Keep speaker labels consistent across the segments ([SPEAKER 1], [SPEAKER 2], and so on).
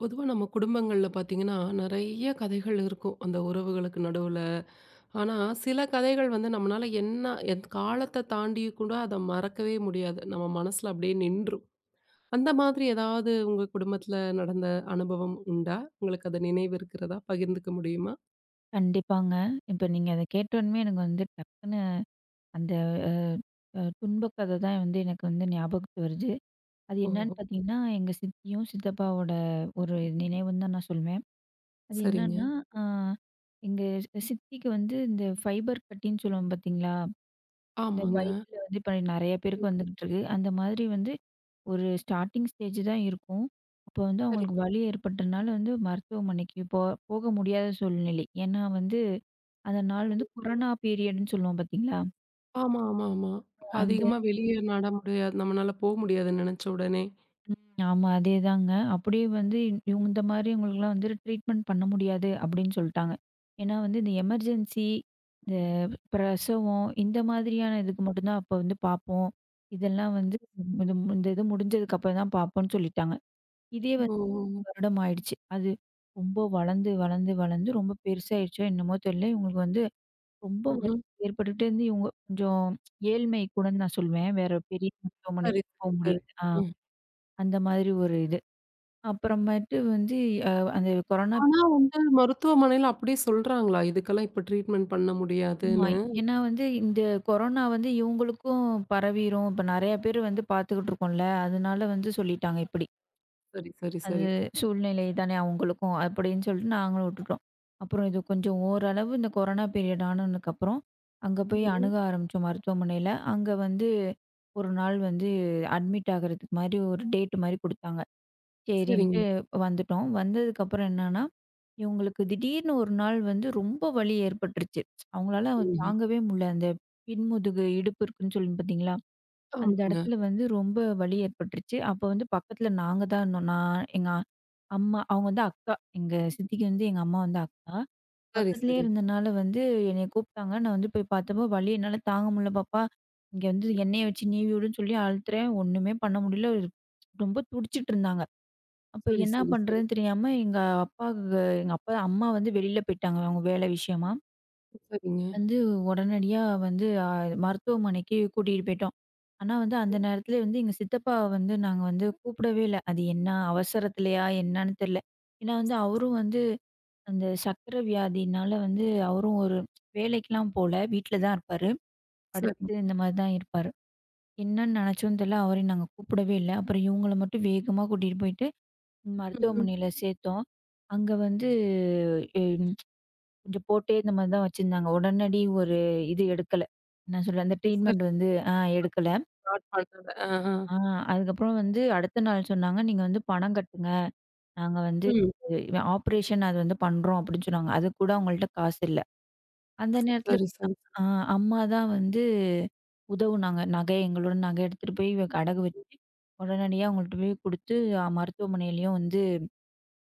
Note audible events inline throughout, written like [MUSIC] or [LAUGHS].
[SPEAKER 1] பொதுவா நம்ம குடும்பங்கள்ல பார்த்தீங்கன்னா, நெறைய கதைகள் இருக்கும் அந்த உறவுகளுக்கு நடுவுல. ஆனா, சில கதைகள் வந்து நம்மனால என்ன காலத்த தாண்டி கூட அத மறக்கவே முடியாது. நம்ம மனசுல அப்படியே நின்றும். அந்த மாதிரி ஏதாவது உங்க குடும்பத்துல நடந்த அனுபவம் உண்டா? உங்களுக்கு அது நினைவு இருக்கிறதா? பகிர்ந்துக்க முடியுமா?
[SPEAKER 2] கண்டிப்பாங்க. இப்ப நீங்க அத கேட்டோனமே எனக்கு வந்து டக்குனு அந்த அ அ துன்ப கதை தான் வந்து எனக்கு வந்து ஞாபகத்துக்கு வருது. அது என்னன்னு
[SPEAKER 1] ஓஹோ!
[SPEAKER 2] பார்த்தீங்கன்னா, எங்க சித்தியும், சித்தப்பாவோட ஒரு நினைவுன்னு தான் நான் சொல்வேன். அது
[SPEAKER 1] சரிங்க.
[SPEAKER 2] என்னன்னா, ம். ஆ எங்க சித்திக்கு வந்து இந்த ஃபைபர் கட்டின்னு சொல்லுவோம் பார்த்தீங்களா? இந்த
[SPEAKER 1] ஆமாங்க.
[SPEAKER 2] வயித்துல வந்து இப்ப நெறைய பேருக்கு வந்துகிட்டு இருக்கு. அந்த மாதிரி வந்து ஒரு ஸ்டார்ட்டிங் ஸ்டேஜ் தான் இருக்கும். அப்போ வந்து
[SPEAKER 1] சரி.
[SPEAKER 2] அவங்களுக்கு வலி ஏற்பட்டனால வந்து மருத்துவமனைக்கு போக முடியாத சூழ்நிலை. ஏன்னா வந்து அந்த நாள் வந்து கொரோனா பீரியடுன்னு சொல்லுவோம் பார்த்தீங்களா?
[SPEAKER 1] ஆமா, ஆமா, ஆமா. இப்ப
[SPEAKER 2] அந்த
[SPEAKER 1] அதிகமா வெளிய நட முடியாது. நம்மனால போ முடியாதுன்னு நெனச்ச உடனே.
[SPEAKER 2] ம். ஆமா அதேதாங்க. அப்படியே வந்து இந்த மாரி இவங்களுக்குலாம் வந்து ட்ரீட்மெண்ட் பண்ண முடியாது அப்படின்னு சொல்ட்டாங்க. ஏன்னா வந்து இந்த எமர்ஜென்சி, இந்த பிரசவம் இந்த மாதிரியான இதுக்கு மட்டும் தான் அப்ப வந்து பார்ப்போம். இதெல்லாம் வந்து இது முடிஞ்சதுக்கு அப்புறம் தான் பார்ப்போம்ன்னு சொல்லிட்டாங்க. இதே
[SPEAKER 1] ஓ!
[SPEAKER 2] வந்து 2 வருடம் ஆயிடுச்சு. அது ரொம்ப வளர்ந்து, வளர்ந்து, வளர்ந்து ரொம்ப பெருசாயிடுச்சோ என்னமோ தெரியல. இவங்களுக்கு வந்து ரொம்ப வலி
[SPEAKER 1] ம்ஹ்ம்.
[SPEAKER 2] ஏற்பட்டுட்டே இருந்து இவங்க கொஞ்சம் ஏழ்மை கூடன்னு நான் சொல்வேன். வேற பெரிய மருத்துவமனைக்கு
[SPEAKER 1] சரி,
[SPEAKER 2] போ
[SPEAKER 1] சரி, சரி.
[SPEAKER 2] முடியல. அந்த மாதிரி ஒரு இது. அப்புறமேட்டு வந்து அ அந்த கொரோனா பீ-
[SPEAKER 1] ஆனா வந்து மருத்துவமனையில அப்படியே சொல்றாங்களா? இதுக்கெல்லாம் இப்ப ட்ரீட்மெண்ட் பண்ண
[SPEAKER 2] ஆமா.
[SPEAKER 1] முடியாதுன்னு.
[SPEAKER 2] ஏன்னா வந்து இந்த கொரோனா வந்து இவங்களுக்கும் பரவிரும். இப்ப நெறைய பேர் வந்து பார்த்துக்கிட்டு இருக்கோம்ல. அதனால வந்து சொல்லிட்டாங்க இப்டி.
[SPEAKER 1] சரி, சரி, சரி.
[SPEAKER 2] அது சூழ்நிலை தானே அவங்களுக்கும் அப்படின்னு சொல்லிட்டு நாங்களும் விட்டுட்டோம். அப்புறம் இது கொஞ்சம் ஓரளவு இந்த கொரோனா பீரியட் ஆனதுக்கப்புறம், அங்க போய்
[SPEAKER 1] ம்ஹ்ம்.
[SPEAKER 2] அணுக ஆரம்பிச்சோம் மருத்துவமனையில. அங்க வந்து ஒரு நாள் வந்து அட்மிட் ஆகுறதுக்கு மாரி ஒரு டேட் மாரி குடுத்தாங்க.
[SPEAKER 1] சரிங்க.
[SPEAKER 2] சரின்ட்டு வந்துட்டோம். வந்ததுக்கப்புறம் என்னன்னா, இவங்களுக்கு திடீர்னு ஒரு நாள் வந்து ரொம்ப வலி ஏற்பட்டுருச்சு. அவங்களால
[SPEAKER 1] ம்ஹ்ம்.
[SPEAKER 2] தாங்கவே முடியல. அந்த பின்முதுகு இடுப்பு இருக்குன்னு சொல்லி பார்த்தீங்களா? அந்த
[SPEAKER 1] ஆமாங்க.
[SPEAKER 2] இடத்துல வந்து ரொம்ப வலி ஏற்பட்டுருச்சு. அப்போ வந்து பக்கத்துல நாங்க தான் இருந்தோம். நான், எங்க அம்மா அவங்க வந்து அக்கா. எங்க சித்திக்கு வந்து எங்க அம்மா வந்து அக்கா.
[SPEAKER 1] சரி,
[SPEAKER 2] பக்கத்துலயே
[SPEAKER 1] சரி.
[SPEAKER 2] இருந்தனால வந்து என்னைய கூப்பிட்டாங்க. நான் வந்து போய் பார்த்தப்போ, "வலி என்னால தாங்க முடியல பாப்பா. இங்க வந்து எண்ணெய வச்சு நீவி விடுன்னு" சொல்லி அழுத்துறேன். ஒண்ணுமே பண்ண முடியல. ரொம்ப துடிச்சிட்டு இருந்தாங்க. அப்ப
[SPEAKER 1] சரி,
[SPEAKER 2] என்ன
[SPEAKER 1] சரி, சரி.
[SPEAKER 2] பண்றதுன்னு தெரியாம எங்க அப்பாவுக்கு எங்க அப்பா அம்மா வந்து வெளியில போயிட்டாங்க. அவங்க வேலை விஷயமா.
[SPEAKER 1] சரிங்க.
[SPEAKER 2] வந்து உடனடியா வந்து அ மருத்துவமனைக்கு கூட்டிட்டு போயிட்டோம். ஆனா வந்து அந்த நேரத்துல வந்து எங்க சித்தப்பாவ வந்து நாங்க வந்து கூப்பிடவே இல்ல. அது என்ன அவசரத்துலயா என்னன்னு தெரியல. ஏன்னா வந்து அவரும் வந்து அந்த சர்க்கரை வியாதினால வந்து அவரும் ஒரு வேலைக்கெல்லாம் போல. வீட்ல தான் இருப்பாரு.
[SPEAKER 1] சரி.
[SPEAKER 2] படுத்து இந்த மாதிரி தான் இருப்பாரு. என்னன்னு நினைச்சோம்னு தெரியல. அவரையும் நாங்க கூப்பிடவே இல்ல. அப்புறம் இவங்கள மட்டும் வேகமா கூட்டிட்டு போயிட்டு
[SPEAKER 1] ம்ஹ்ம்.
[SPEAKER 2] மருத்துவமனையில சேர்த்தோம். அங்க வந்து கொஞ்சம் போட்டே இந்த மாதிரி தான் வச்சிருந்தாங்க. உடனடி ஒரு இது எடுக்கல. நான் சொல்ல அந்த
[SPEAKER 1] சரி.
[SPEAKER 2] ட்ரீட்மெண்ட் வந்து எடுக்கல.
[SPEAKER 1] ஸ்டார்ட் பண்ணல. ஆஹா.
[SPEAKER 2] ஆ அதுக்கப்புறம் வந்து அடுத்த நாள் சொன்னாங்க, "நீங்க வந்து பணம் கட்டுங்க. நாங்க வந்து
[SPEAKER 1] ம்.
[SPEAKER 2] ஆப்ரேஷன் அது வந்து பண்றோம்" அப்படின்னு சொன்னாங்க. அதுக்கு கூட அவங்கள்ட்ட காசு இல்ல. அந்த நேரத்துல
[SPEAKER 1] சரி, சரி.
[SPEAKER 2] ஆ அம்மா தான் வந்து உதவுனாங்க. எங்களோட நகை எடுத்துட்டு போய் இவ அடகு வச்சு, உடனடியா அவங்கள்ட்ட போய் குடுத்து மருத்துவமனையிலயும் வந்து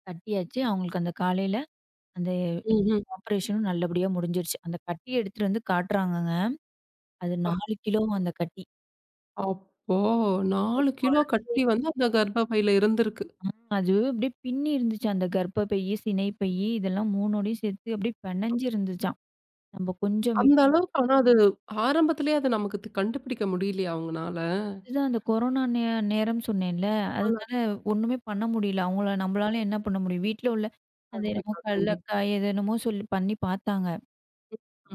[SPEAKER 2] கட்டியாச்சு. அவங்களுக்கு அந்த காலையில அந்த
[SPEAKER 1] ம்ஹ்ம்.
[SPEAKER 2] ஆப்ரேஷனும் நல்லபடியா முடிஞ்சிருச்சு. அந்த கட்டி எடுத்துட்டு வந்து காட்டுறாங்கங்க. அது
[SPEAKER 1] அப்பா!
[SPEAKER 2] 4 கிலோ அந்த கட்டி.
[SPEAKER 1] அப்போ 4 கிலோ
[SPEAKER 2] குழந்தை
[SPEAKER 1] கட்டி வந்து அந்த கர்ப்பப்பையில இருந்திருக்கு.
[SPEAKER 2] அது அப்படியே பின்னி இருந்துச்சு. அந்த கர்ப்பப்பையி, சினைப்பையி இதெல்லாம் 3டையும் சேர்த்து அப்படியே பெனஞ்சு இருந்துச்சாம். நம்ம கொஞ்சம்
[SPEAKER 1] அந்த அளவுக்கு ஆனா அது ஆரம்பத்திலேயே அது நமக்கு கண்டுபிடிக்க முடியலையா அவங்கனால?
[SPEAKER 2] விட்டுறது அந்த கொரோனா நேரம் சொன்னேன்ல.
[SPEAKER 1] ஆனா
[SPEAKER 2] அதனால ஒண்ணுமே பண்ண முடியல. அவங்கள நம்மளால என்ன பண்ண முடியும்? வீட்ல உள்ள அது என்னமோ
[SPEAKER 1] கண்டிப்பா, கண்டிப்பா.
[SPEAKER 2] கல்லக்காய் எது என்னமோ சொல்லி பண்ணி பார்த்தாங்க.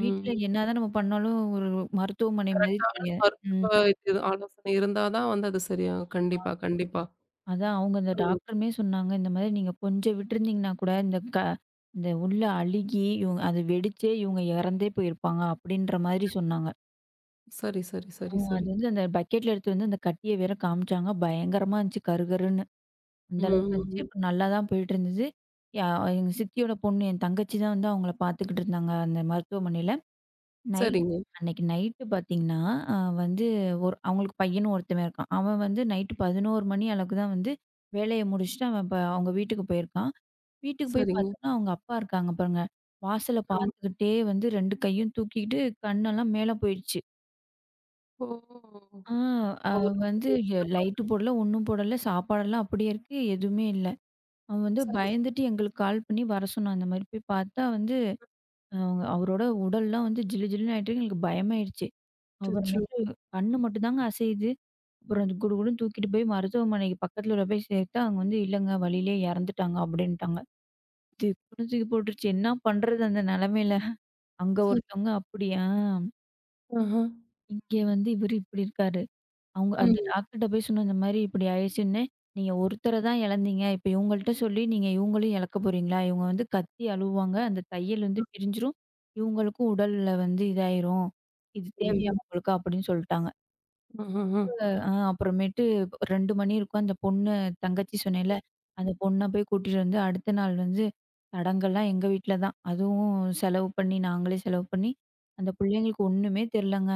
[SPEAKER 2] வீட்ல என்னதான் நம்ம பண்ணாலும் ஒரு மருத்துவமனை மாரி
[SPEAKER 1] கரெக்டான
[SPEAKER 2] தெரிய ம்.
[SPEAKER 1] மருத்துவ இது ஆலோசனை இருந்தா தான் வந்து அது சரியாகும். கண்டிப்பா, கண்டிப்பா.
[SPEAKER 2] அதான் அவங்க அந்த
[SPEAKER 1] சொல்லுங்க.
[SPEAKER 2] டாக்டருமே சொன்னாங்க, இந்த மாதிரி நீங்க கொஞ்சம் விட்டுருந்தீங்கன்னா கூட, இந்த உள்ள அழுகி, இவங்க அது வெடிச்சே இவங்க இறந்தே போயிருப்பாங்க, அப்படின்ற மாதிரி சொன்னாங்க.
[SPEAKER 1] சரி, சரி,
[SPEAKER 2] ஆ
[SPEAKER 1] சரி, சரி.
[SPEAKER 2] அது வந்து அந்த பக்கெட்ல எடுத்து வந்து அந்த கட்டிய வேற காமிச்சாங்க. பயங்கரமா இருந்துச்சு கருகருன்னு. அந்த
[SPEAKER 1] ம்,
[SPEAKER 2] அளவுக்கு
[SPEAKER 1] ம்,
[SPEAKER 2] இருந்துச்சு.
[SPEAKER 1] ம்.
[SPEAKER 2] அப்புறம் நல்லா தான் போயிட்டு இருந்தது. யா எங்க சித்தியோட பொண்ணு, என் தங்கச்சி தான் வந்து அவங்கள பார்த்துக்கிட்டு இருந்தாங்க, அந்த மருத்துவமனையில. நைட்
[SPEAKER 1] சரிங்க,
[SPEAKER 2] அன்னைக்கு நைட்டு பார்த்தீங்கன்னா, அ வந்து ஒரு அவங்களுக்கு பையனும் ஒருத்தவன் இருக்கான். அவன் வந்து நைட்டு 11 மணி அளவுக்கு தான் வந்து வேலைய முடிச்சுட்டு அவன் இப்ப அவங்க வீட்டுக்கு போயிருக்கான். வீட்டுக்கு போய்
[SPEAKER 1] சரிங்க.
[SPEAKER 2] பார்த்தோம்னா, அவங்க அப்பா இருக்காங்க பாருங்க. வாசல
[SPEAKER 1] ஆமா.
[SPEAKER 2] பார்த்துக்கிட்டே வந்து 2 கையும் தூக்கிக்கிட்டு கண்ணெல்லாம் மேல போயிடுச்சு.
[SPEAKER 1] ஓ!
[SPEAKER 2] ஆ அது வந்து
[SPEAKER 1] அவருக்கு [LAUGHS]
[SPEAKER 2] லைட்டு போடல, ஒண்ணும் போடல. சாப்பாடெல்லாம் அப்படியே இருக்கு. எதுவுமே இல்ல. அவன் வந்து
[SPEAKER 1] [UNINTELLIGIBLE] சரி.
[SPEAKER 2] பயந்துட்டு எங்களுக்கு கால் பண்ணி வர சொன்னான். அந்த மாரி போய் பார்த்தா வந்து அவங்க அவரோட உடல்லாம் வந்து ஜிலு ஜிலுன்னு ஆயிட்டு இருக்கு. எங்களுக்கு பயமாயிடுச்சு.
[SPEAKER 1] அச்சச்சோ!
[SPEAKER 2] அப்புறமேட்டு கண்ணு மட்டும் தாங்க அசையுது. அப்புறம் அது குடுகுடுன்னு தூக்கிட்டு போய் மருத்துவமனைக்கு பக்கத்துல கொண்டு போய் சேர்த்தா, அங்க வந்து இல்லங்க வழியிலே இறந்துட்டாங்க அப்டின்ட்டாங்க. திக்குன்னு தூக்கி போட்டுருச்சு. என்ன பண்றது அந்த நெலமையில? அங்க
[SPEAKER 1] சரி.
[SPEAKER 2] ஒருத்தவங்க அப்படியா?
[SPEAKER 1] ஆஹா.
[SPEAKER 2] இங்க வந்து இவரு இப்படி இருக்காரு. அவங்க அந்த
[SPEAKER 1] ம்.
[SPEAKER 2] டாக்டர்ட்ட போய் சொன்னேன், இந்த மாரி இப்படி ஆயிடுச்சுன்னே. நீங்க ஒருத்தர தான் இழந்தீங்க. இப்ப இவங்கள்ட்ட சொல்லி நீங்க இவங்களையும் இழக்க போறீங்களா? இவங்க வந்து கத்தி அழுவாங்க. அந்த தையல் வந்து பிரிஞ்சிரும். இவங்களுக்கும் உடல்ல வந்து இதாயிரும். இது தேவையா
[SPEAKER 1] ஐயய்யோ!
[SPEAKER 2] உங்களுக்கு? அப்படின்னு சொல்ட்டாங்க.
[SPEAKER 1] ஆஹஹா.
[SPEAKER 2] அ அப்புறமேட்டு 2 மணி இருக்கும். அந்த பொண்ணு தங்கச்சி சொன்னேன்ல, அந்த பொண்ண போய் கூட்டிட்டு வந்து அடுத்த நாள் வந்து சடங்கெல்லாம் எங்க வீட்ல தான். அதுவும் செலவு பண்ணி நாங்களே செலவு பண்ணி, அந்த பிள்ளைங்களுக்கு ஒண்ணுமே தெரிலங்க.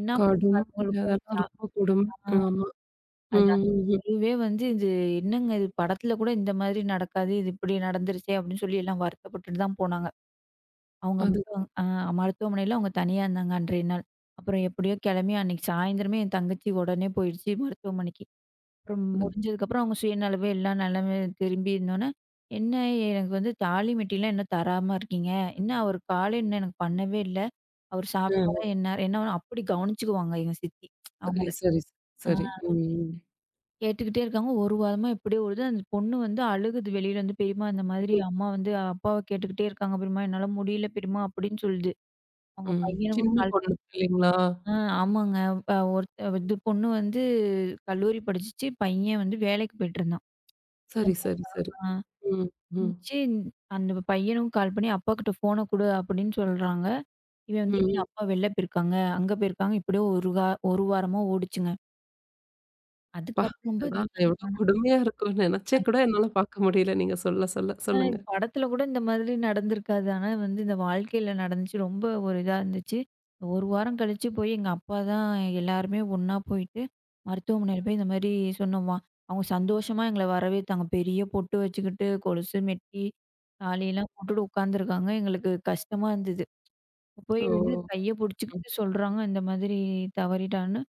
[SPEAKER 2] என்ன பண்ணுங்க
[SPEAKER 1] கடும்.
[SPEAKER 2] அதுங்களுக்கும்?
[SPEAKER 1] அதெல்லாம்
[SPEAKER 2] சா
[SPEAKER 1] ரொம்ப கொடுமை.
[SPEAKER 2] ஆ
[SPEAKER 1] ஆமா. ம்,
[SPEAKER 2] அது அந்த
[SPEAKER 1] ம், ம்.
[SPEAKER 2] தெருவே வந்து இது என்னங்க இது படத்துல கூட இந்த மாதிரி நடக்காது. இது இப்படி நடந்துருச்சே அப்படின்னு சொல்லி எல்லாம் வருத்தப்பட்டுட்டு தான் போனாங்க. அவங்க
[SPEAKER 1] அதுதான்,
[SPEAKER 2] மட்டும் மருத்துவமனையில அவங்க தனியா இருந்தாங்க அன்றைய நாள். அப்புறம் எப்படியோ கிளம்பி அன்னைக்கு சாயந்தரமே என் தங்கச்சி உடனே போயிடுச்சு மருத்துவமனைக்கு. அப்புறம்
[SPEAKER 1] அதுதான்.
[SPEAKER 2] முடிஞ்சதுக்கப்புறம் அவங்க சுயநலவே எல்லாம் நலமே திரும்பி இருந்தோன்னே, "என்ன எனக்கு வந்து தாலி மெட்டிலாம் இன்னும் தராம இருக்கீங்க? என்ன அவரு காலே இன்னும் எனக்கு பண்ணவே இல்ல. அவரு
[SPEAKER 1] ஆ.
[SPEAKER 2] சாப்பிட்டாரா என்ன?" ஏன்னா அப்படி கவனிச்சுக்குவாங்க எங்க சித்தி
[SPEAKER 1] சரி,
[SPEAKER 2] அவங்கள.
[SPEAKER 1] சரி,
[SPEAKER 2] ஆ
[SPEAKER 1] சரி. ம்.
[SPEAKER 2] கேட்டுக்கிட்டே இருக்காங்க. ஒரு வாரமா இப்படியே ஓடுது. அந்த பொண்ணு வந்து அழுகுது வெளியில வந்து, "பெரியம்மா இந்த மாதிரி
[SPEAKER 1] ம்,
[SPEAKER 2] அம்மா வந்து அப்பாவ கேட்டுக்கிட்டே இருக்காங்க பெரியம்மா. என்னால முடியல பெரியம்மா" அப்படின்னு சொல்லுது. அவங்க
[SPEAKER 1] ம்.
[SPEAKER 2] பையனுக்கும்
[SPEAKER 1] சின்ன
[SPEAKER 2] கால்
[SPEAKER 1] பொண்ணு
[SPEAKER 2] பண்ணி
[SPEAKER 1] இல்லைங்களா?
[SPEAKER 2] ஆ ஆமாங்க. ஒருத்த இது பொண்ணு வந்து கல்லூரி படிச்சுச்சு. பையன் வந்து வேலைக்கு போயிட்டுருந்தான்.
[SPEAKER 1] சரி, சரி, சரி. ம், ம்,
[SPEAKER 2] வச்சு அந்த பையனும் கால் பண்ணி, "அப்பாகிட்ட ஃபோன குடு" அப்படின்னு சொல்றாங்க. இவன் வந்து, "இல்ல
[SPEAKER 1] ம்.
[SPEAKER 2] அப்பா வெளில போயிருக்காங்க, அங்க போயிருக்காங்க." இப்படியே ஒரு 1 வாரமா ஓடுச்சுங்க.
[SPEAKER 1] அப்பா!
[SPEAKER 2] அதுக்கப்புறம்
[SPEAKER 1] இதெல்லாம்
[SPEAKER 2] பார்த்தீங்கன்னா
[SPEAKER 1] எவ்ளோ கொடுமையா இருக்கும். நெனச்சே
[SPEAKER 2] அ
[SPEAKER 1] கூட என்னால பார்க்க முடியல. நீங்க சொல்ல சொல்ல.
[SPEAKER 2] அதான்
[SPEAKER 1] சொல்லுங்க.
[SPEAKER 2] படத்துல கூட இந்த மாதிரி நடந்திருக்காது. ஆனா வந்து இந்த வாழ்க்கையில நடந்துச்சு. ரொம்ப ஒரு இதா இருந்துச்சு. 1 வாரம் கழிச்சு போய் எங்க அப்பா தான் எல்லாருமே ஒண்ணா போயிட்டு, மருத்துவமனையில போய் இந்த மாரி சொன்னோமா. அவங்க சந்தோஷமா எங்கள வரவேத்தாங்க. பெரிய பொட்டு வச்சுக்கிட்டு, கொலுசு, மெட்டி, தாலிலாம் போட்டுட்டு உட்காந்துருக்காங்க. எங்களுக்கு கஷ்டமா இருந்தது.
[SPEAKER 1] ஓ!
[SPEAKER 2] போய் வந்து கைய
[SPEAKER 1] ம்.
[SPEAKER 2] புடிச்சுக்கிட்டு சொல்றாங்க, இந்த மாதிரி தவறிட்டான்னு.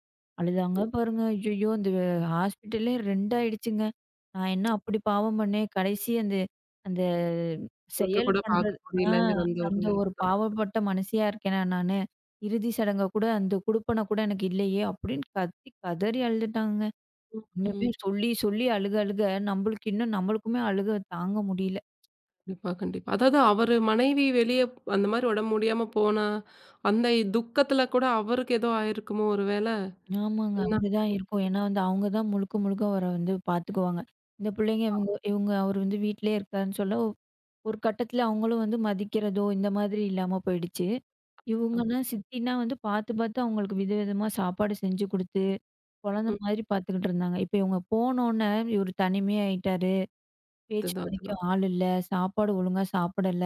[SPEAKER 2] அழுதாங்க
[SPEAKER 1] ம்.
[SPEAKER 2] பாருங்க. ஐயய்யோ! அந்த ஹாஸ்பிட்டலே 2 ஆயிடுச்சுங்க. நான் என்ன அப்படி பாவம் பண்ணேன்? கடைசி அந்த அந்த
[SPEAKER 1] முகத்த
[SPEAKER 2] செயல்
[SPEAKER 1] கூட
[SPEAKER 2] பண்றது
[SPEAKER 1] பார்க்க
[SPEAKER 2] ஆ
[SPEAKER 1] முடியலங்கிற அந்த ஒரு
[SPEAKER 2] அந்த ஒரு
[SPEAKER 1] இதுதான்.
[SPEAKER 2] பாவப்பட்ட மனசியா இருக்கேனா நானு? இறுதி சடங்க கூட அந்த குடுப்பன கூட எனக்கு இல்லையே! அப்படின்னு கத்தி கதறி அழுதுட்டாங்கங்க.
[SPEAKER 1] ம். ம்.
[SPEAKER 2] இன்னுமே சொல்லி சொல்லி அழுக அழுக நம்மளுக்கு நம்மளுக்குமே அழுக தாங்க முடியல.
[SPEAKER 1] கண்டிப்பா, கண்டிப்பா. அதாவது அவரு மனைவி வெளிய அந்த மாரி உடம்பு முடியாம போனா, அந்த துக்கத்துல கூட அவருக்கு ஏதோ ஆயிருக்குமோ ஒரு வேள?
[SPEAKER 2] ஆமாங்க.
[SPEAKER 1] என்ன
[SPEAKER 2] அப்படிதான் இருக்கும். ஏன்னா வந்து அவங்க தான் முழுக்க முழுக்க அவர வந்து பார்த்துக்குவாங்க. இந்த பிள்ளைங்க இவங்க இவங்க அவர் வந்து வீட்லயே இருக்காருன்னு சொல்ல, ஒரு கட்டத்தில அவங்களும் வந்து மதிக்கிறதோ, இந்த மாதிரி இல்லாம போயிடுச்சு.
[SPEAKER 1] அர்த்தம்?
[SPEAKER 2] இவங்கன்னா சித்தினா வந்து பார்த்து பார்த்து அவங்களுக்கு விதவிதமா சாப்பாடு செஞ்சு குடுத்து, குழந்தை
[SPEAKER 1] ம்.
[SPEAKER 2] மாதிரி பார்த்துக்கிட்டு இருந்தாங்க. இப்ப இவங்க போனோனே இவரு தனிமையாயிட்டாரு. பேச்சு
[SPEAKER 1] அதுதான்,
[SPEAKER 2] துணைக்கு
[SPEAKER 1] அதுதான்.
[SPEAKER 2] ஆள் இல்ல. சாப்பாடு ஒழுங்கா சாப்பிடல.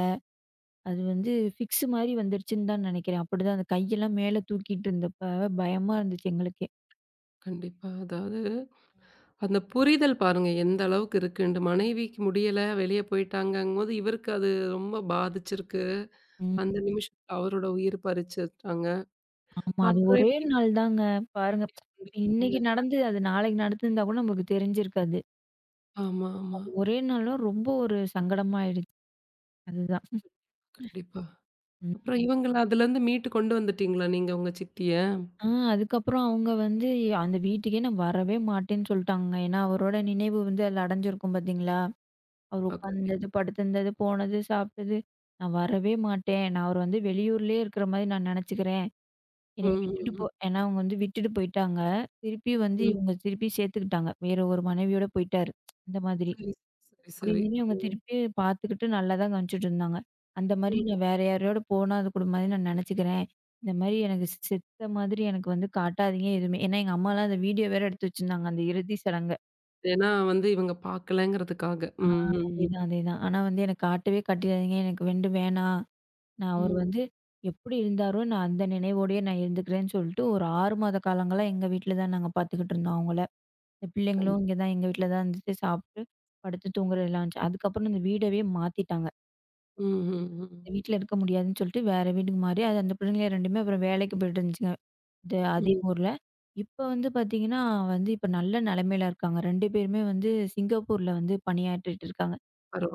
[SPEAKER 2] அது வந்து ஃபிக்ஸ் மாரி வந்துருச்சுன்னு தான் நினைக்கிறேன். அப்படிதான் அந்த கையெல்லாம் மேல தூக்கிட்டு இருந்தப்ப பயமா இருந்துச்சு எங்களுக்கே.
[SPEAKER 1] கண்டிப்பா. அதாவது அந்த புரிதல் பாருங்க எந்த அளவுக்கு இருக்குன்ட்டு. மனைவிக்கு முடியல, வெளிய போயிட்டாங்கங்கும்போது, இவருக்கு அது ரொம்ப பாதிச்சிருக்கு.
[SPEAKER 2] ம்.
[SPEAKER 1] அந்த நிமிஷத்துல அவரோட உயிர் பறிச்சுட்டாங்க.
[SPEAKER 2] ஆமா. அது
[SPEAKER 1] அப்புறம்
[SPEAKER 2] ஒரே
[SPEAKER 1] எப்படி [UNINTELLIGIBLE]
[SPEAKER 2] நாள் தாங்க. பாருங்க. இன்னைக்கு
[SPEAKER 1] கண்டுபிடிச்சீங்க?
[SPEAKER 2] நடந்து அது நாளைக்கு நடந்திருந்தா கூட நமக்கு தெரிஞ்சிருக்காது.
[SPEAKER 1] ஆமா, ஆமா.
[SPEAKER 2] ஒரே நாள்ல ரொம்ப ஒரு சங்கடமா ஆயிடுச்சு. அதுதான்.
[SPEAKER 1] கண்டிப்பா.
[SPEAKER 2] ம்.
[SPEAKER 1] அப்புறம் இவங்கள அதுலருந்து மீட்டு கொண்டு வந்துட்டீங்களா நீங்க உங்க சித்திய?
[SPEAKER 2] அதுக்கப்புறம் அவங்க வந்து அந்த வீட்டுக்கே நான் வரவே மாட்டேன்னு சொல்ட்டாங்க. ஏன்னா அவரோட நினைவு வந்து அதுல அடைஞ்சிருக்கும் பார்த்தீங்களா? அவர்
[SPEAKER 1] ஆ கண்டிப்பா.
[SPEAKER 2] உட்கார்ந்தது, படுத்திருந்தது, போனது, சாப்பிட்டது. நான் வரவே மாட்டேன். நான் அவர் வந்து வெளியூர்லயே இருக்கிற மாரி நான் நினைச்சுக்கிறேன்.
[SPEAKER 1] ம்,
[SPEAKER 2] என்னைய விட்டுட்டு
[SPEAKER 1] ம்,
[SPEAKER 2] போ
[SPEAKER 1] ம்,
[SPEAKER 2] ஏன்னா அவங்க வந்து விட்டுட்டு போயிட்டாங்க. திருப்பி வந்து
[SPEAKER 1] ம்.
[SPEAKER 2] இவங்க திருப்பி சேர்த்துக்கிட்டாங்க. வேற ஒரு மனைவியோட போயிட்டாரு. அந்த மாதிரி.
[SPEAKER 1] சரி, சரி, சரி.
[SPEAKER 2] அப்படின்னு சொல்லி அவங்க
[SPEAKER 1] ஓ!
[SPEAKER 2] திருப்பி பார்த்துக்கிட்டு நல்லா தான் காமிச்சுட்டு இருந்தாங்க. அந்த மாரி
[SPEAKER 1] ம்.
[SPEAKER 2] நான் வேற யாரையோட போனா அது கூட மாதிரி நான் நினச்சுக்கிறேன். இந்த மாரி எனக்கு செத்த மாதிரி எனக்கு வந்து காட்டாதீங்க எதுவுமே. ஏன்னா எங்க அம்மாலாம் அந்த வீடியோ வேற எடுத்து வச்சிருந்தாங்க. அந்த இறுதி சடங்க.
[SPEAKER 1] ஏன்னா வந்து இவங்க பாக்கலங்கிறதுக்காக.
[SPEAKER 2] ஆ
[SPEAKER 1] ம், ம், ம்.
[SPEAKER 2] அதேதான், அதேதான். ஆனா வந்து எனக்கு காட்டவே காட்டிடாதீங்க. எனக்கு வந்து வேணாம். நான் அவர்
[SPEAKER 1] ம்.
[SPEAKER 2] வந்து எப்படி இருந்தாரோ நான் அந்த நினைவோடயே நான் இருந்துக்கிறேன்னு சொல்லிட்டு ஒரு 6 மாத காலங்களா எங்க வீட்ல தான் நாங்க பார்த்துக்கிட்டு இருந்தோம் அவங்கள. இந்த பிள்ளைங்களும்
[SPEAKER 1] கண்டிப்பா.
[SPEAKER 2] இங்க தான் எங்க வீட்ல தான் இருந்துட்டு சாப்பிட்டு, படுத்து தூங்குறது எல்லாம் இருந்துச்சு. அதுக்கப்புறம் இந்த வீடவே மாத்திட்டாங்க.
[SPEAKER 1] ம், ம், ம்.
[SPEAKER 2] வீட்ல இருக்க முடியாதுன்னு சொல்லிட்டு வேற வீட்டுக்கு மாறி, அது அந்த பிள்ளைங்க 2மே அப்புறம் வேலைக்கு போயிட்டு இருந்துச்சுங்க. இது அதே
[SPEAKER 1] ம்.
[SPEAKER 2] ஊர்ல. இப்ப வந்து பார்த்தீங்கன்னா, வந்து இப்ப நல்ல நிலைமையில இருக்காங்க. 2 பேருமே வந்து சிங்கப்பூர்ல வந்து பணியாற்றிட்டு இருக்காங்க.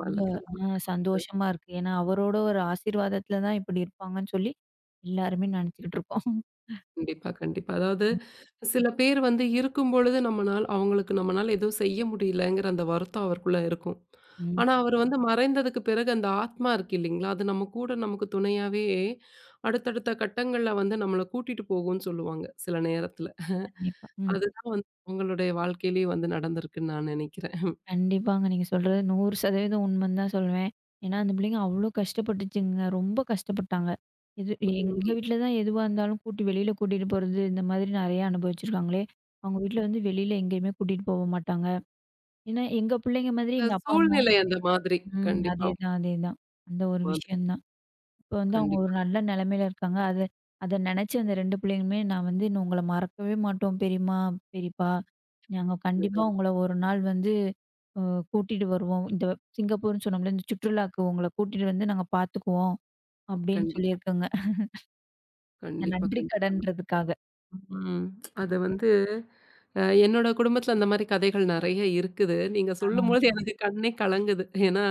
[SPEAKER 2] ரொம்ப அ
[SPEAKER 1] பரவால்ல.
[SPEAKER 2] சந்தோஷமா இருக்கு. ஏன்னா, அவரோட ஒரு ஆசீர்வாதத்துல தான் இப்படி இருப்பாங்கன்னு சொல்லி எல்லாருமே நினைச்சுக்கிட்டு இருக்கோம்.
[SPEAKER 1] கண்டிப்பா, கண்டிப்பா. அதாவது சில பேர் வந்து இருக்கும்பொழுது நம்மனால் அவங்களுக்கு நம்மனால எதுவும் செய்ய முடியலங்கிற அந்த வருத்தம் அவருக்குள்ள இருக்கும்.
[SPEAKER 2] ம்.
[SPEAKER 1] ஆனா, அவரு வந்து மறைந்ததுக்கு பிறகு அந்த ஆத்மா இருக்கு இல்லைங்களா? அது நம்ம கூட நமக்கு துணையாவே அடுத்தடுத்த கட்டங்கள்ல வந்து நம்மள கூட்டிட்டு போகும்ன்னு சொல்லுவாங்க, சில நேரத்துல.
[SPEAKER 2] கண்டிப்பா. ம்.
[SPEAKER 1] அதுதான் வந்து உங்களுடைய வாழ்க்கையிலயும் வந்து நடந்திருக்குன்னு நான் நெனைக்கிறேன்.
[SPEAKER 2] கண்டிப்பாங்க. நீங்க சொல்றது 100% உண்மைன்னு தான் சொல்லுவேன். ஏன்னா, அந்த பிள்ளைங்க அவ்ளோ கஷ்டப்பட்டுச்சுங்க. ரொம்ப கஷ்டப்பட்டாங்க. இது எங்க
[SPEAKER 1] ம்.
[SPEAKER 2] வீட்ல தான் எதுவா இருந்தாலும் கூட்டி வெளியில கூட்டிட்டு போறது, இந்த மாதிரி நெறையா அனுபவிச்சிருக்காங்களே! அவங்க வீட்ல வந்து வெளியில எங்கேயுமே கூட்டிட்டு போக மாட்டாங்க. ஏன்னா, எங்க பிள்ளைங்க மாதிரி
[SPEAKER 1] அந்த
[SPEAKER 2] எங்க அப்பா, அம்மாவும்
[SPEAKER 1] சூழ்நிலை அந்த மாதிரி.
[SPEAKER 2] ம்.
[SPEAKER 1] கண்டிப்பா
[SPEAKER 2] அதேதான், அதேதான். அந்த ஒரு
[SPEAKER 1] மாதிரி.
[SPEAKER 2] விஷயம் தான். இப்ப வந்து அவங்க ஒரு
[SPEAKER 1] கண்டிப்பா.
[SPEAKER 2] நல்ல நிலைமையில இருக்காங்க. அத அத நினைச்சு அந்த 2 பிள்ளைங்களுமே, "நான் வந்து இன்னும் உங்கள மறக்கவே மாட்டோம் பெரியம்மா, பெரியப்பா. நாங்க கண்டிப்பா உங்கள ஒரு நாள் வந்து அ கூட்டிட்டு வருவோம். இந்த சிங்கப்பூர்ன்னு சொன்னோம்ல, இந்த சுற்றுலாக்கு உங்கள கூட்டிட்டு வந்து நாங்க பார்த்துக்குவோம்." அப்படின்னு
[SPEAKER 1] கண்டிப்பா,
[SPEAKER 2] சொல்லியிருக்கங்க. இந்த
[SPEAKER 1] கண்டிப்பா,
[SPEAKER 2] நன்றி
[SPEAKER 1] கண்டிப்பாங்க.
[SPEAKER 2] கடன்றதுக்காக.
[SPEAKER 1] ம். அது வந்து என்னோட குடும்பத்தில அந்த மாரி கதைகள் நெறைய இருக்குது. நீங்க
[SPEAKER 2] ஆ,
[SPEAKER 1] சொல்லும்போது எனக்கு கண்ணே கலங்குது. ஏன்னா,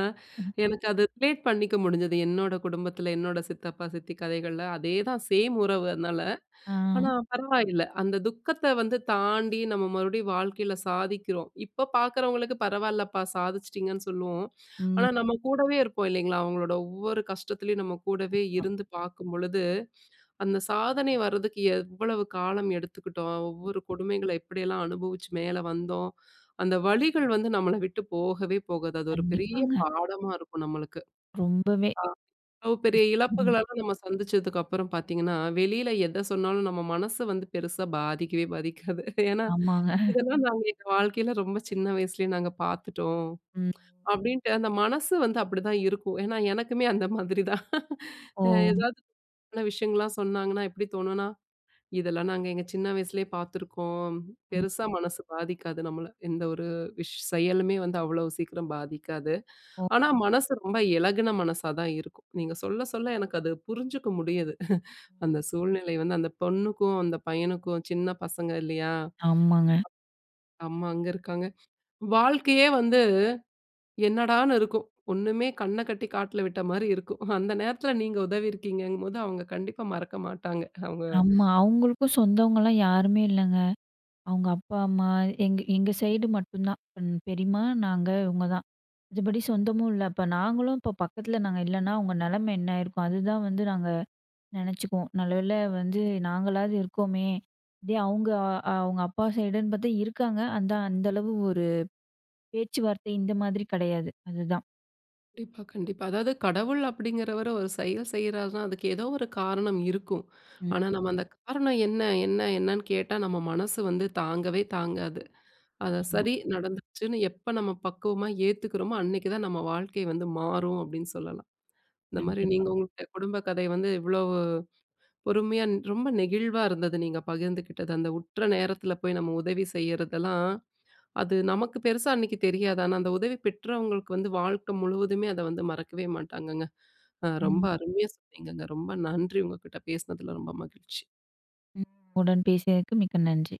[SPEAKER 1] எனக்கு அது ரிலேட் பண்ணிக்க முடிஞ்சது. என்னோட குடும்பத்தில, என்னோட சித்தப்பா, சித்தி கதைகள்ல அதே தான் சேம் உறவு அதனால.
[SPEAKER 2] ஆ,
[SPEAKER 1] ஆனா பரவாயில்ல. அந்த துக்கத்த வந்து தாண்டி நம்ம மறுபடியும் வாழ்க்கையில சாதிக்கிறோம். இப்ப பார்க்குறவங்களுக்கு பரவாயில்லப்பா சாதிச்சுட்டீங்கன்னு சொல்லுவோம். ஆனா
[SPEAKER 2] ம்.
[SPEAKER 1] நம்ம கூடவே இருப்போம் இல்லைங்களா? அவங்களோட ஒவ்வொரு கஷ்டத்துலயும் நம்ம கூடவே
[SPEAKER 2] ஆ,
[SPEAKER 1] இருந்து பார்க்கும்பொழுது, அந்த சாதனை வர்றதுக்கு எவ்வளவு காலம் எடுத்துக்கிட்டோம்? ஒவ்வொரு கொடுமைகள எப்படியெல்லாம் அனுபவிச்சு மேல வந்தோம்? அந்த வலிகள் வந்து நம்மள விட்டு போகவே போகாது. அது ஒரு பெரிய
[SPEAKER 2] கண்டிப்பாங்க.
[SPEAKER 1] பாடமா இருக்கும் நம்மளுக்கு.
[SPEAKER 2] ரொம்பவே
[SPEAKER 1] அவ்வளவு பெரிய
[SPEAKER 2] ம்.
[SPEAKER 1] இழப்புகளெல்லாம் நம்ம சந்திச்சதுக்கு அப்புறம் பார்த்தீங்கன்னா, வெளியில எத சொன்னாலும் நம்ம மனசு வந்து பெருசா பாதிக்கவே பாதிக்காது. ஏன்னா,
[SPEAKER 2] ஆமாங்க.
[SPEAKER 1] இதெல்லாம் நாங்க எங்க வாழ்க்கையில ரொம்ப சின்ன வயசுலயே நாங்க பார்த்துட்டோம்.
[SPEAKER 2] ம்.
[SPEAKER 1] அப்படின்ட்டு அந்த மனசு வந்து அப்படிதான் இருக்கும். ஏன்னா, எனக்குமே அந்த மாதிரி தான்.
[SPEAKER 2] ஓ!
[SPEAKER 1] ஏதாவது சின்ன விஷயங்கள்லாம் சொன்னாங்கன்னா எப்படி தோணும்னா, இதெல்லாம் நாங்க எங்க சின்ன வயசுலயே பார்த்துருக்கோம்.
[SPEAKER 2] ம்.
[SPEAKER 1] பெருசா மனசு பாதிக்காது நம்மள. எந்த ஒரு செயலுமே வந்து அவ்வளவு சீக்கிரம் பாதிக்காது.
[SPEAKER 2] ஓ!
[SPEAKER 1] ஆனா மனசு ரொம்ப இளகுன மனசா தான் இருக்கும். நீங்க சொல்ல சொல்ல எனக்கு அது புரிஞ்சுக்க முடியுது. அந்த சூழ்நிலை வந்து அந்த பொண்ணுக்கும், அந்த பையனுக்கும் சின்ன பசங்க இல்லையா?
[SPEAKER 2] ஆமாங்க.
[SPEAKER 1] அம்மா அங்க இருக்காங்க. வாழ்க்கையே வந்து என்னடான்னு இருக்கும். ஒண்ணுமே கண்ண கட்டி காட்டுல விட்ட மாரி இருக்கும். அந்த நேரத்துல நீங்க உதவி இருக்கீங்கங்கும்போது அவங்க கண்டிப்பா மறக்க மாட்டாங்க. அவங்க
[SPEAKER 2] ஆமா. அவங்களுக்கும் சொந்தவங்கலாம் யாருமே இல்லங்க. அவங்க அப்பா, அம்மா எங்க எங்க சைடு மட்டும் தான். ம் பெரியம்மா, நாங்க, இவங்க தான். மத்தபடி சொந்தமும் இல்ல. அப்ப நாங்களும் இப்ப பக்கத்துல நாங்க இல்லன்னா, அவங்க நிலைமை என்ன ஆயிருக்கும்? அதுதான் வந்து நாங்க நெனச்சுக்குவோம். நல்லவேளை வந்து நாங்களாவது இருக்கோமே! இதே அவங்க அ அ- அவங்க அப்பா சைடுன்னு பார்த்தா இருக்காங்க. அந்த அந்த அளவு ஒரு பேச்சுவார்த்தை இந்த மாதிரி கிடையாது. அதுதான்.
[SPEAKER 1] கண்டிப்பா, கண்டிப்பா. அதாவது கடவுள் அப்படிங்கிறவரு ஒரு செயல் செய்றாருன்னா, அதுக்கு ஏதோ ஒரு காரணம் இருக்கும்.
[SPEAKER 2] ம்.
[SPEAKER 1] ஆனா, நம்ம ம். அந்த காரணம் என்ன, என்னன்னு கேட்டா நம்ம மனசு வந்து தாங்கவே தாங்காது. அத
[SPEAKER 2] ஆமா.
[SPEAKER 1] சரி நடந்துருச்சுன்னு எப்ப நம்ம பக்குவமா ஏத்துக்கிறோமோ, அன்னைக்கு தான் நம்ம வாழ்க்கை வந்து மாறும் அப்படின்னு சொல்லலாம். இந்த மாரி
[SPEAKER 2] கண்டிப்பா.
[SPEAKER 1] நீங்க உங்களுடைய குடும்ப கதை வந்து இவ்வளவு பொறுமையா, ரொம்ப நெகிழ்வா இருந்தது நீங்க பகிர்ந்துக்கிட்டது. அந்த உற்ற நேரத்துல போய் நம்ம உதவி செய்யறதெல்லாம் அது நமக்கு பெருசா அன்னைக்கு தெரியாது. ஆனா அந்த உதவி பெற்றவங்களுக்கு வந்து வாழ்க்கை முழுவதுமே அத வந்து மறக்கவே மாட்டாங்கங்க. ரொம்ப
[SPEAKER 2] ம்.
[SPEAKER 1] அருமையா சொன்னீங்கங்க. ரொம்ப நன்றி உங்ககிட்ட பேசினதுல ரொம்ப மகிழ்ச்சி.
[SPEAKER 2] ம். உடன் பேசியதற்கு மிக்க நன்றி.